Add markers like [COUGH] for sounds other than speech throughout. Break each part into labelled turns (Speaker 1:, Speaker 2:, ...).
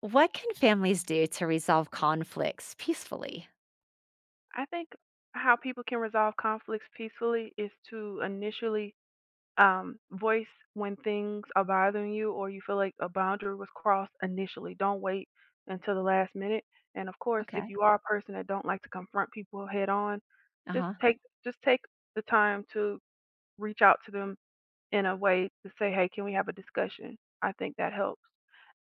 Speaker 1: What can families do to resolve conflicts peacefully?
Speaker 2: I think how people can resolve conflicts peacefully is to initially voice when things are bothering you or you feel like a boundary was crossed initially. Don't wait until the last minute. And of course, if
Speaker 1: Okay.
Speaker 2: you are a person that don't like to confront people head on, just
Speaker 1: Uh-huh.
Speaker 2: take just take the time to reach out to them in a way to say, "Hey, can we have a discussion?" I think that helps.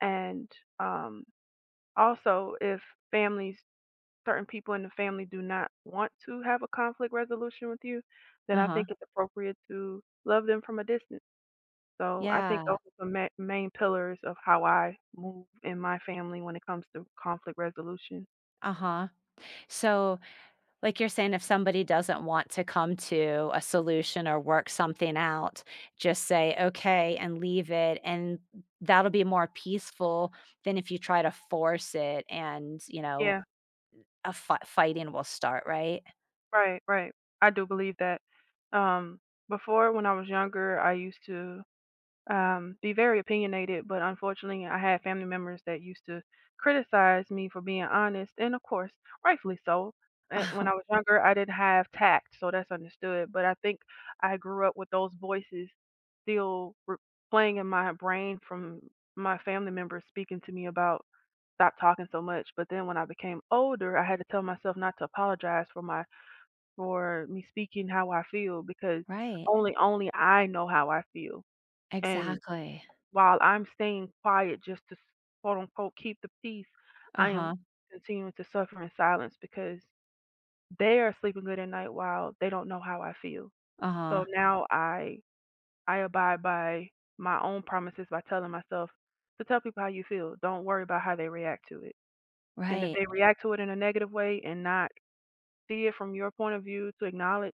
Speaker 2: And um, Also, if families certain people in the family do not want to have a conflict resolution with you, then I
Speaker 1: Uh-huh.
Speaker 2: think it's appropriate to love them from a distance. So I think
Speaker 1: Yeah.
Speaker 2: those are the main pillars of how I move in my family when it comes to conflict resolution.
Speaker 1: Uh-huh. So, like you're saying, if somebody doesn't want to come to a solution or work something out, just say okay and leave it. And that'll be more peaceful than if you try to force it and, you know,
Speaker 2: Yeah,
Speaker 1: fighting will start, right?
Speaker 2: right, right, I do believe that. Um, Before, when I was younger, I used to be very opinionated, but unfortunately, I had family members that used to criticize me for being honest, and of course, rightfully so. When
Speaker 1: [LAUGHS]
Speaker 2: I was younger, I didn't have tact, so that's understood. But I think I grew up with those voices still re- playing in my brain from my family members speaking to me about stop talking so much. But then when I became older, I had to tell myself not to apologize for my for me speaking how I feel because
Speaker 1: Right.
Speaker 2: only I know how I feel. And
Speaker 1: Exactly.
Speaker 2: while I'm staying quiet just to quote unquote keep the peace,
Speaker 1: Uh
Speaker 2: I am
Speaker 1: huh.
Speaker 2: continuing to suffer in silence because they are sleeping good at night while they don't know how I feel.
Speaker 1: Uh huh.
Speaker 2: So now I abide by my own promises by telling myself to tell people how you feel. Don't worry about how they react to it. And if
Speaker 1: Right.
Speaker 2: they react to it in a negative way and not see it from your point of view to acknowledge,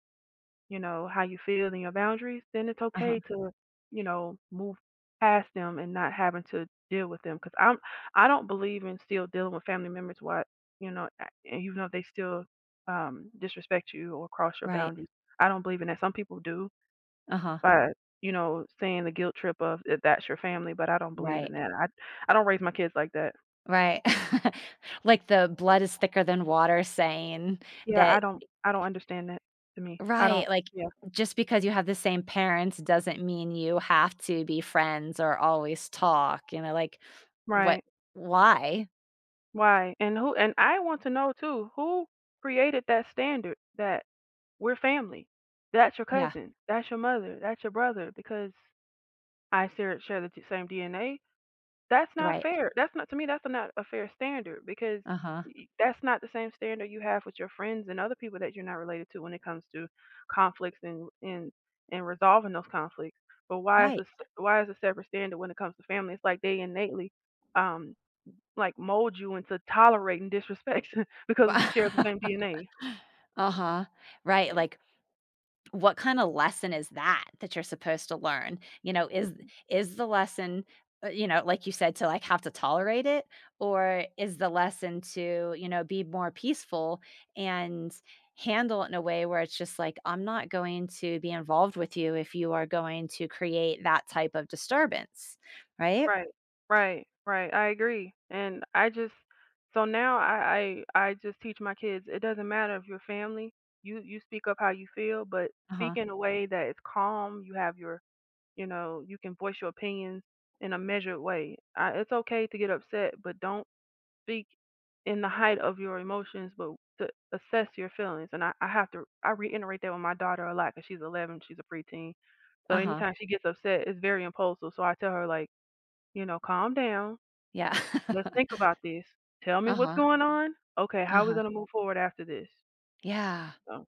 Speaker 2: you know, how you feel and your boundaries, then it's
Speaker 1: Uh huh.
Speaker 2: okay to, you know, move past them and not having to deal with them. I don't believe in still dealing with family members. What You know, and even though they still disrespect you or cross your
Speaker 1: Right.
Speaker 2: boundaries, I don't believe in that. Some people do
Speaker 1: Uh huh.
Speaker 2: by, you know, saying the guilt trip of "If that's your family," but I don't believe
Speaker 1: Right.
Speaker 2: in that. I don't raise my kids like that.
Speaker 1: Right. [LAUGHS] Like the blood is thicker than water saying
Speaker 2: Yeah,
Speaker 1: that.
Speaker 2: I don't understand that. To me, I don't.
Speaker 1: Right, like,
Speaker 2: Yeah,
Speaker 1: just because you have the same parents doesn't mean you have to be friends or always talk, you know, like, what,
Speaker 2: right.
Speaker 1: why?
Speaker 2: Why? And I want to know too, who created that standard that we're family? That's your
Speaker 1: Yeah,
Speaker 2: cousin, that's your mother, that's your brother because I share the same DNA. That's not
Speaker 1: right.
Speaker 2: fair. That's not To me that's not a fair standard because
Speaker 1: Uh-huh.
Speaker 2: that's not the same standard you have with your friends and other people that you're not related to when it comes to conflicts and resolving those conflicts. But
Speaker 1: Right.
Speaker 2: why is a separate standard when it comes to family? It's like they innately, um like, mold you into tolerating disrespect [LAUGHS] because we share the same
Speaker 1: [LAUGHS]
Speaker 2: DNA.
Speaker 1: Uh-huh. Right,
Speaker 2: Yeah.
Speaker 1: like what kind of lesson is that that you're supposed to learn? You know,
Speaker 2: Mm.
Speaker 1: is the lesson, you know, like you said, to like have to tolerate it, or is the lesson to you know be more peaceful and handle it in a way where it's just like I'm not going to be involved with you if you are going to create that type of disturbance, right?
Speaker 2: Right. Right. I agree. And I just So now I just teach my kids it doesn't matter if you're family, you speak up how you feel, but
Speaker 1: Uh
Speaker 2: speak
Speaker 1: huh.
Speaker 2: in a way that is calm. You have your, you know, you can voice your opinions in a measured way. It's okay to get upset, but don't speak in the height of your emotions, but to assess your feelings. And I reiterate that with my daughter a lot because she's 11, she's a preteen. So
Speaker 1: Uh huh.
Speaker 2: anytime she gets upset, it's very impulsive. So I tell her, like, you know, calm down.
Speaker 1: Yeah.
Speaker 2: Let's think about this. Tell
Speaker 1: [LAUGHS]
Speaker 2: me
Speaker 1: Uh
Speaker 2: what's
Speaker 1: huh.
Speaker 2: going on. Okay,
Speaker 1: Uh
Speaker 2: how are we
Speaker 1: huh.
Speaker 2: going to move forward after this?
Speaker 1: Yeah.
Speaker 2: So,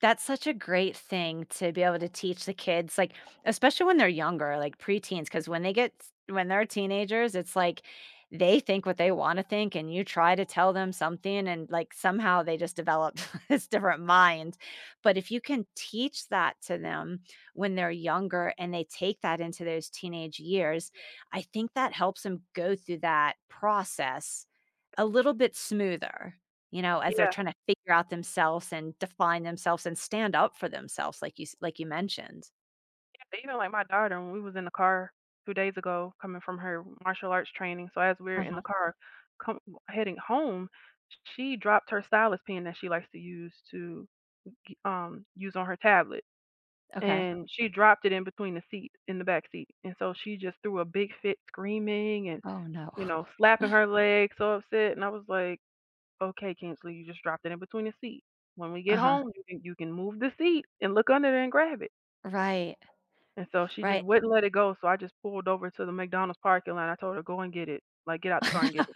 Speaker 1: That's such a great thing to be able to teach the kids, like, especially when they're younger, like preteens. Because when they get when they're teenagers, it's like they think what they wanna think, and you try to tell them something, and, like, somehow they just develop [LAUGHS] this different mind. But if you can teach that to them when they're younger and they take that into those teenage years, I think that helps them go through that process a little bit smoother. You know, as they're
Speaker 2: yeah,
Speaker 1: trying to figure out themselves and define themselves and stand up for themselves, like you mentioned.
Speaker 2: yeah, even like my daughter, when we was in the car 2 days ago coming from her martial arts training. So as we are in the
Speaker 1: Uh-huh.
Speaker 2: car come, heading home, she dropped her stylus pen that she likes to use on her tablet,
Speaker 1: Okay.
Speaker 2: and she dropped it in between the seat in the back seat, and so she just threw a big fit, screaming and,
Speaker 1: Oh, no.
Speaker 2: you
Speaker 1: [LAUGHS]
Speaker 2: know, slapping her leg, so upset. And I was like, "Okay, Kinsley, you just dropped it in between the seat. When we get
Speaker 1: Uh-huh.
Speaker 2: home, you can move the seat and look under there and grab it."
Speaker 1: Right.
Speaker 2: And so she just
Speaker 1: Right.
Speaker 2: wouldn't let it go. So I just pulled over to the McDonald's parking lot. I told her, "Go and get it. Like, get out the car and get it."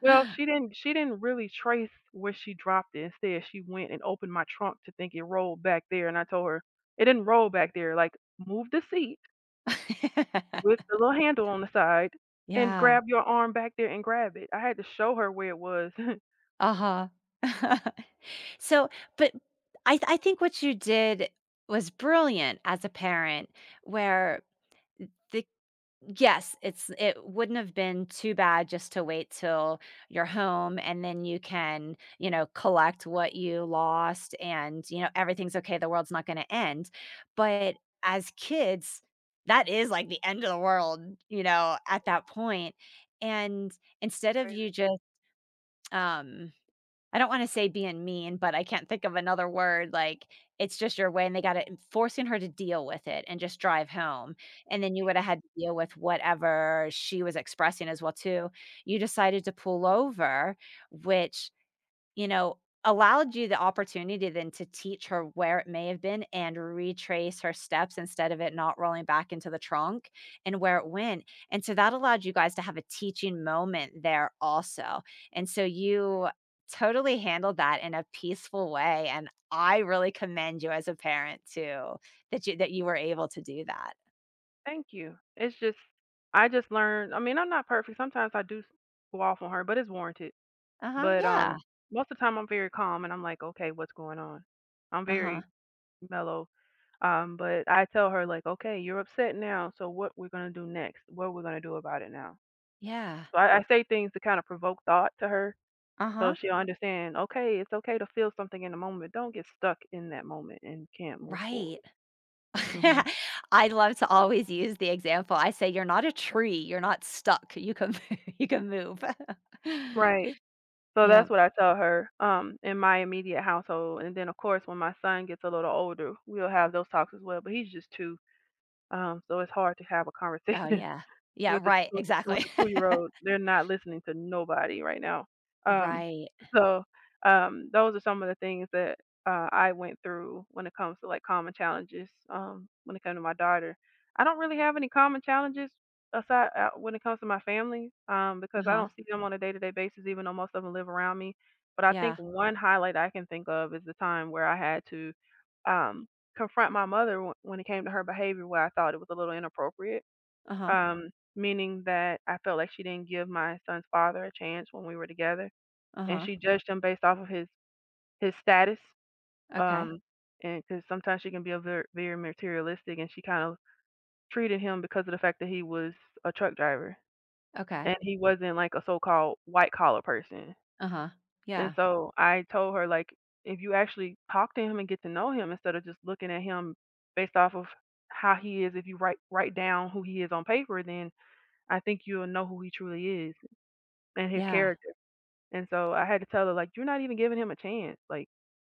Speaker 2: Well, she didn't really trace where she dropped it. Instead, she went and opened my trunk to think it rolled back there, and I told her, "It didn't roll back there. Like, move the seat with the little handle on the side and
Speaker 1: Yeah.
Speaker 2: grab your arm back there and grab it." I had to show her where it was. [LAUGHS] It's
Speaker 1: Uh-huh. [LAUGHS] So, but I think what you did was brilliant as a parent where the, yes, it's it wouldn't have been too bad just to wait till you're home and then you can, you know, collect what you lost and, you know, everything's okay, the world's not gonna end. But as kids, that is like the end of the world, you know, at that point. And instead of you
Speaker 2: crazy.
Speaker 1: just um I don't wanna say being mean, but I can't think of another word, like, it's just your way, and they got it forcing her to deal with it and just drive home, and then you woulda had to deal with whatever she was expressing as well too. You decided to pull over, which, you know, allowed you the opportunity then to teach her where it may have been and retrace her steps instead of it not rolling back into the trunk and where it went. And so that allowed you guys to have a teaching moment there also. And so you totally handled that in a peaceful way. And I really commend you as a parent too, that you were able to do that.
Speaker 2: Thank you. It's just I just learned, I mean, I'm not perfect. Sometimes go off on her, but it's warranted.
Speaker 1: Uh-huh.
Speaker 2: But
Speaker 1: Yeah.
Speaker 2: most of the time I'm very calm and I'm like, "Okay, what's going on?" I'm
Speaker 1: Uh-huh.
Speaker 2: very mellow. But I tell her like, "Okay, you're upset now, so what we're gonna do next? What are we gonna do about it now?"
Speaker 1: Yeah.
Speaker 2: So I say things to kind of provoke thought to her, so
Speaker 1: Uh-huh.
Speaker 2: she'll understand. Okay, it's okay to feel something in the moment. Don't get stuck in that moment and can't move forward.
Speaker 1: Right.
Speaker 2: hmm
Speaker 1: [LAUGHS] I love to always use the example. I say, "You're not a tree. You're not stuck. You can [LAUGHS] you can move." [LAUGHS]
Speaker 2: Right. So
Speaker 1: Yeah.
Speaker 2: that's what I tell her, in my immediate household, and then of course when my son gets a little older, we'll have those talks as well. But he's just two, so it's hard to have a
Speaker 1: Oh,
Speaker 2: conversation
Speaker 1: yeah.
Speaker 2: [LAUGHS]
Speaker 1: Yeah,
Speaker 2: with a
Speaker 1: right,
Speaker 2: with a with
Speaker 1: exactly.
Speaker 2: a
Speaker 1: [LAUGHS]
Speaker 2: two-year-old. They're not listening to nobody right now. Um,
Speaker 1: Right.
Speaker 2: so, those are some of the things that, I went through when it comes to, like, common challenges, when it comes to my daughter. I don't really have any common challenges aside, when it comes to my family, because I
Speaker 1: Uh-huh.
Speaker 2: don't see them on a day-to-day basis even though most of them live around me. But I think
Speaker 1: Yeah.
Speaker 2: one highlight I can think of is the time where I had to, um, confront my mother w when it came to her behavior where I thought it was a little inappropriate,
Speaker 1: Uh-huh.
Speaker 2: um, meaning that I felt like she didn't give my son's father a chance when we were together, and
Speaker 1: Uh-huh.
Speaker 2: she judged him based off of his status.
Speaker 1: Okay.
Speaker 2: Um, and because sometimes she can be a very, very materialistic, and she kind of treated him because of the fact that he was a truck driver and
Speaker 1: Okay.
Speaker 2: he wasn't like a so-called white collar person.
Speaker 1: Uh-huh.
Speaker 2: And
Speaker 1: Yeah.
Speaker 2: so I told her, like, if you actually talk to him and get to know him instead of just looking at him based off of how he is, if you write down who he is on paper, then I think you'll know who he truly is and his
Speaker 1: Yeah.
Speaker 2: character. And so I had to tell her, like, "You're not even giving him a chance. Like,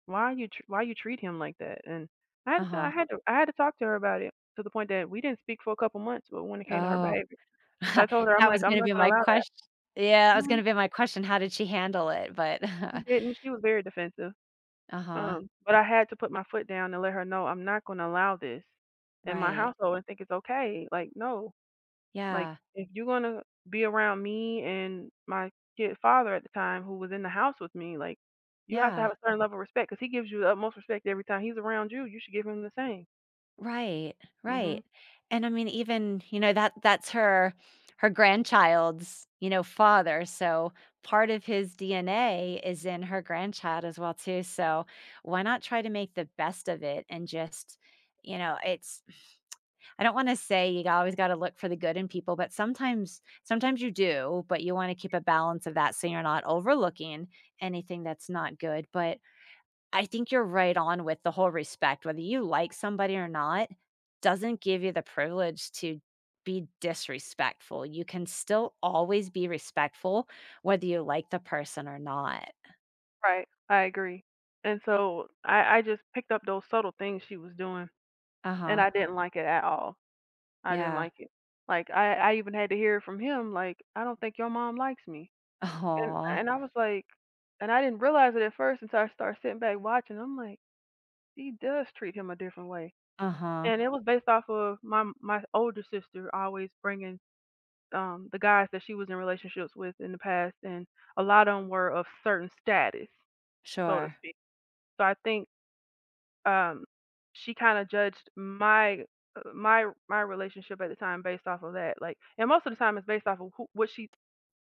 Speaker 2: why you treat him like that?" And I had to I
Speaker 1: Uh-huh.
Speaker 2: had to I had to talk to her about it to the point that we didn't speak for a couple months. But when it came to her
Speaker 1: Oh,
Speaker 2: behavior, but I
Speaker 1: [LAUGHS]
Speaker 2: told her, I'm
Speaker 1: that was
Speaker 2: like, I'm
Speaker 1: gonna
Speaker 2: not
Speaker 1: be
Speaker 2: going to
Speaker 1: my
Speaker 2: allow that.
Speaker 1: question. Yeah, that was
Speaker 2: Mhm.
Speaker 1: gonna be my question, how did she handle it? But
Speaker 2: She
Speaker 1: [LAUGHS]
Speaker 2: didn't. She was very defensive.
Speaker 1: Uh-huh.
Speaker 2: But I had to put my foot down and let her know I'm not going to allow this in my
Speaker 1: Right.
Speaker 2: household and think it's okay. Like, no. Like,
Speaker 1: Yeah.
Speaker 2: if you're gonna be around me and my kid father at the time who was in the house with me, like, you have to
Speaker 1: Yeah.
Speaker 2: have a certain level of respect because he gives you the utmost respect every time he's around you. You should give him the same.
Speaker 1: Right,
Speaker 2: Mhm.
Speaker 1: right, and I mean, even, you know, that's her her grandchild's, you know, father, so part of his DNA is in her grandchild as well too, so why not try to make the best of it and just, you know, it's I don't wanna say you always gotta look for the good in people, but sometimes you do, but you wanna keep a balance of that so you're not overlooking anything that's not good, but I think you're right on with the whole respect. Whether you like somebody or not doesn't give you the privilege to be disrespectful. You can still always be respectful whether you like the person or not.
Speaker 2: Right. I agree. And so I just picked up those subtle things she was doing, and
Speaker 1: Uh-huh.
Speaker 2: I didn't like it at all. I didn't
Speaker 1: Yeah.
Speaker 2: like it. Like, I even had to hear it from him, like, "I don't think your mom likes me." And
Speaker 1: Oh.
Speaker 2: and I was like, and I didn't realize it at first until I started sitting back watching. I'm like, "She does treat him a different way."
Speaker 1: Uh-huh.
Speaker 2: And it was based off of my older sister always bringing, the guys that she was in relationships with in the past, and a lot of them were of certain status, so to
Speaker 1: Sure.
Speaker 2: speak. So I think, um, she kinda judged my, my relationship at the time based off of that, like and most of the time it's based off of who what she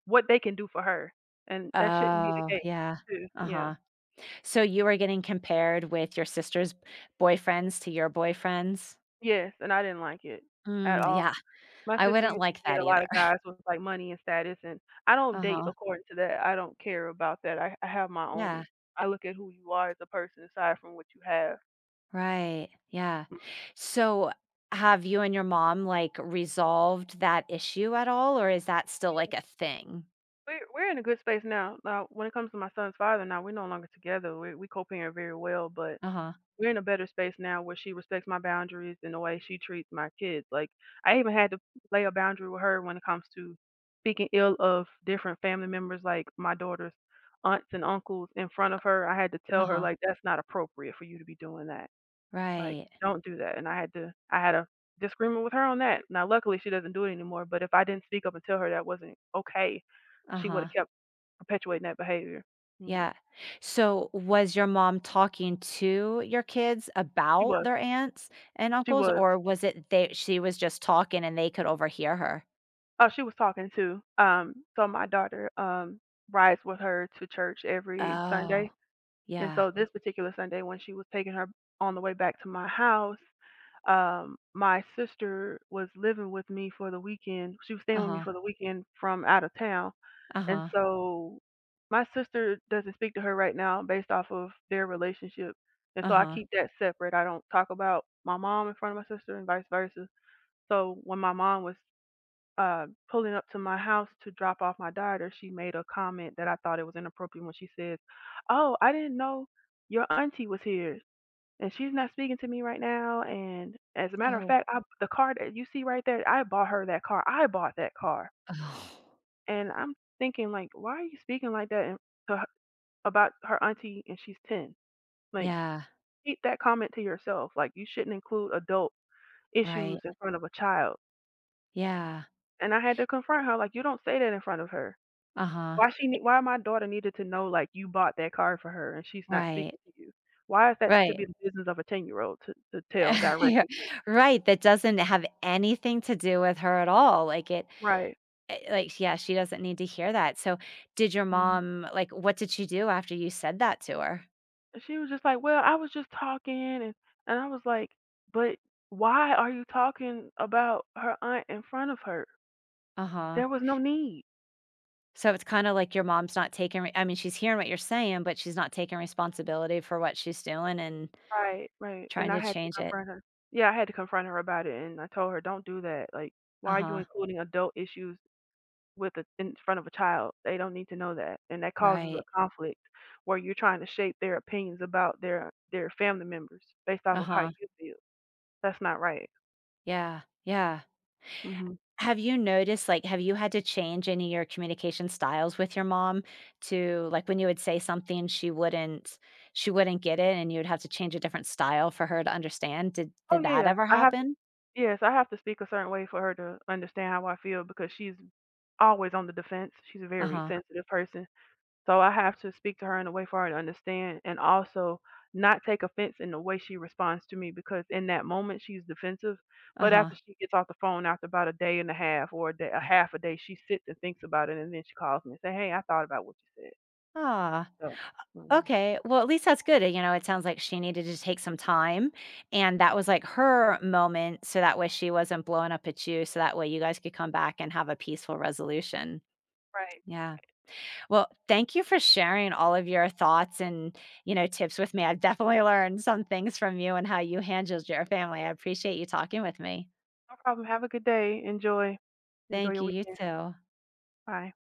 Speaker 2: what they can do for her, and that shouldn't be the
Speaker 1: Oh,
Speaker 2: case
Speaker 1: yeah.
Speaker 2: too. Yeah.
Speaker 1: Uh-huh. So you were getting compared with your sister's boyfriends to your boyfriends?
Speaker 2: Yes, and I didn't like it at
Speaker 1: Mm,
Speaker 2: all.
Speaker 1: yeah.
Speaker 2: My
Speaker 1: I
Speaker 2: sister
Speaker 1: wouldn't
Speaker 2: used to
Speaker 1: like
Speaker 2: date
Speaker 1: that
Speaker 2: a lot
Speaker 1: either.
Speaker 2: of
Speaker 1: [LAUGHS]
Speaker 2: guys with, like, money and status, and I don't date
Speaker 1: Uh-huh.
Speaker 2: according to that. I don't care about that. I have my
Speaker 1: Yeah.
Speaker 2: own. I look at who you are as a person aside from what you have.
Speaker 1: Right. Yeah.
Speaker 2: Mm.
Speaker 1: So have you and your mom like resolved that issue at all, or is that still like a thing?
Speaker 2: We're in a good space now. Now when it comes to my son's father, now we're no longer together, we co-parent very well, but
Speaker 1: Uh-huh.
Speaker 2: we're in a better space now where she respects my boundaries and the way she treats my kids. Like I even had to lay a boundary with her when it comes to speaking ill of different family members, like my daughter's aunts and uncles, in front of her. I had to tell her,
Speaker 1: Uh-huh.
Speaker 2: like, that's not appropriate for you to be doing that. Like,
Speaker 1: Right.
Speaker 2: don't do that. And I had a disagreement with her on that. Now luckily she doesn't do it anymore. But if I didn't speak up and tell her that wasn't okay, she would have
Speaker 1: Uh-huh.
Speaker 2: kept perpetuating that behavior. hmm
Speaker 1: Yeah. So was your mom talking to your kids
Speaker 2: She
Speaker 1: about
Speaker 2: was.
Speaker 1: their aunts and
Speaker 2: She
Speaker 1: uncles,
Speaker 2: was.
Speaker 1: or was it they she was just talking and they could overhear her?
Speaker 2: Oh, she was talking too. So my daughter rides with her to church every Sunday,
Speaker 1: Oh.
Speaker 2: and
Speaker 1: Yeah.
Speaker 2: so this particular Sunday when she was taking her on the way back to my house, my sister was living with me for the weekend. She was staying with me
Speaker 1: Uh-huh.
Speaker 2: for the weekend from out of town, and
Speaker 1: Uh-huh.
Speaker 2: so my sister doesn't speak to her right now based off of their relationship, and so I
Speaker 1: Uh-huh.
Speaker 2: keep that separate. I don't talk about my mom in front of my sister and vice versa. So when my mom was pulling up to my house to drop off my daughter, she made a comment that I thought it was inappropriate when she says, "Oh, I didn't know your auntie was here, and she's not speaking to me right now. And as a matter of
Speaker 1: Oh. [SIGHS]
Speaker 2: fact, I, the car that you see right there, I bought her that car. I bought that car."
Speaker 1: Oh.
Speaker 2: And I'm thinking like, why are you speaking like that to her, about her auntie? And she's ten. Like,
Speaker 1: Yeah.
Speaker 2: keep that comment to yourself. Like, you shouldn't include adult issues
Speaker 1: Right.
Speaker 2: in front of a child.
Speaker 1: Yeah.
Speaker 2: And I had to confront her like, you don't say that in front of her.
Speaker 1: Uh-huh.
Speaker 2: Why my daughter needed to know, like, you bought that car for her and she's not
Speaker 1: Right.
Speaker 2: speaking to you? Why is that should
Speaker 1: Right.
Speaker 2: be the business of a ten-year-old to tell
Speaker 1: [LAUGHS] Yeah,
Speaker 2: directly to.
Speaker 1: right, that doesn't have anything to do with her at all, like, it
Speaker 2: Right.
Speaker 1: eh, like, yeah, she doesn't need to hear that, so, did your
Speaker 2: Mhm.
Speaker 1: mom like, what did she do after you said that to her?
Speaker 2: And she was just like, "Well, I was just talking," and and I was like, "But why are you talking about her aunt in front of her?
Speaker 1: Uh-huh.
Speaker 2: There was no need."
Speaker 1: So, it's kinda like your mom's not taking re I mean, she's hearing what you're saying, but she's not taking responsibility for what she's doing and
Speaker 2: Right, right, and
Speaker 1: trying
Speaker 2: I
Speaker 1: to
Speaker 2: had to
Speaker 1: change it.
Speaker 2: confront her. Yeah, I had to confront her about it, and I told her, "Don't do that, like, why are you
Speaker 1: Uh-huh.
Speaker 2: including adult issues with a in front of a child. They don't need to know that, and that causes a
Speaker 1: Right.
Speaker 2: conflict where you're trying to shape their opinions about their family members based off of how
Speaker 1: Uh-huh.
Speaker 2: you feel. That's not right."
Speaker 1: Yeah. Yeah.
Speaker 2: Mhm.
Speaker 1: Have you noticed, like, have you had to change any of your communication styles with your mom to like when you would say something, she wouldn't get it and you would have to change a different style for her to understand? Did
Speaker 2: Oh,
Speaker 1: did
Speaker 2: yeah,
Speaker 1: that
Speaker 2: yeah.
Speaker 1: ever
Speaker 2: I have
Speaker 1: happen?
Speaker 2: Yes, I have to speak a certain way for her to understand how I feel because she's always on the defense. She's a very
Speaker 1: Uh-huh.
Speaker 2: sensitive person. So I have to speak to her in a way for her to understand and also not take offense in the way she responds to me because in that moment she's defensive. But
Speaker 1: Uh-huh.
Speaker 2: after she gets off the phone after about a day and a half or a half a day, she sits and thinks about it and then she calls me and say, "Hey, I thought about what you said."
Speaker 1: Ah.
Speaker 2: So. Mhm.
Speaker 1: Okay. Well, at least that's good. You know, it sounds like she needed to take some time and that was like her moment so that way she wasn't blowing up at you so that way you guys could come back and have a peaceful resolution.
Speaker 2: Right.
Speaker 1: Yeah. Well, thank you for sharing all of your thoughts and, you know, tips with me. I have definitely [LAUGHS] learned some things from you and how you handled your family. I appreciate you talking with me.
Speaker 2: No problem. Have a good day. Enjoy. Enjoy
Speaker 1: Thank
Speaker 2: your
Speaker 1: you. You
Speaker 2: weekend.
Speaker 1: too.
Speaker 2: Bye.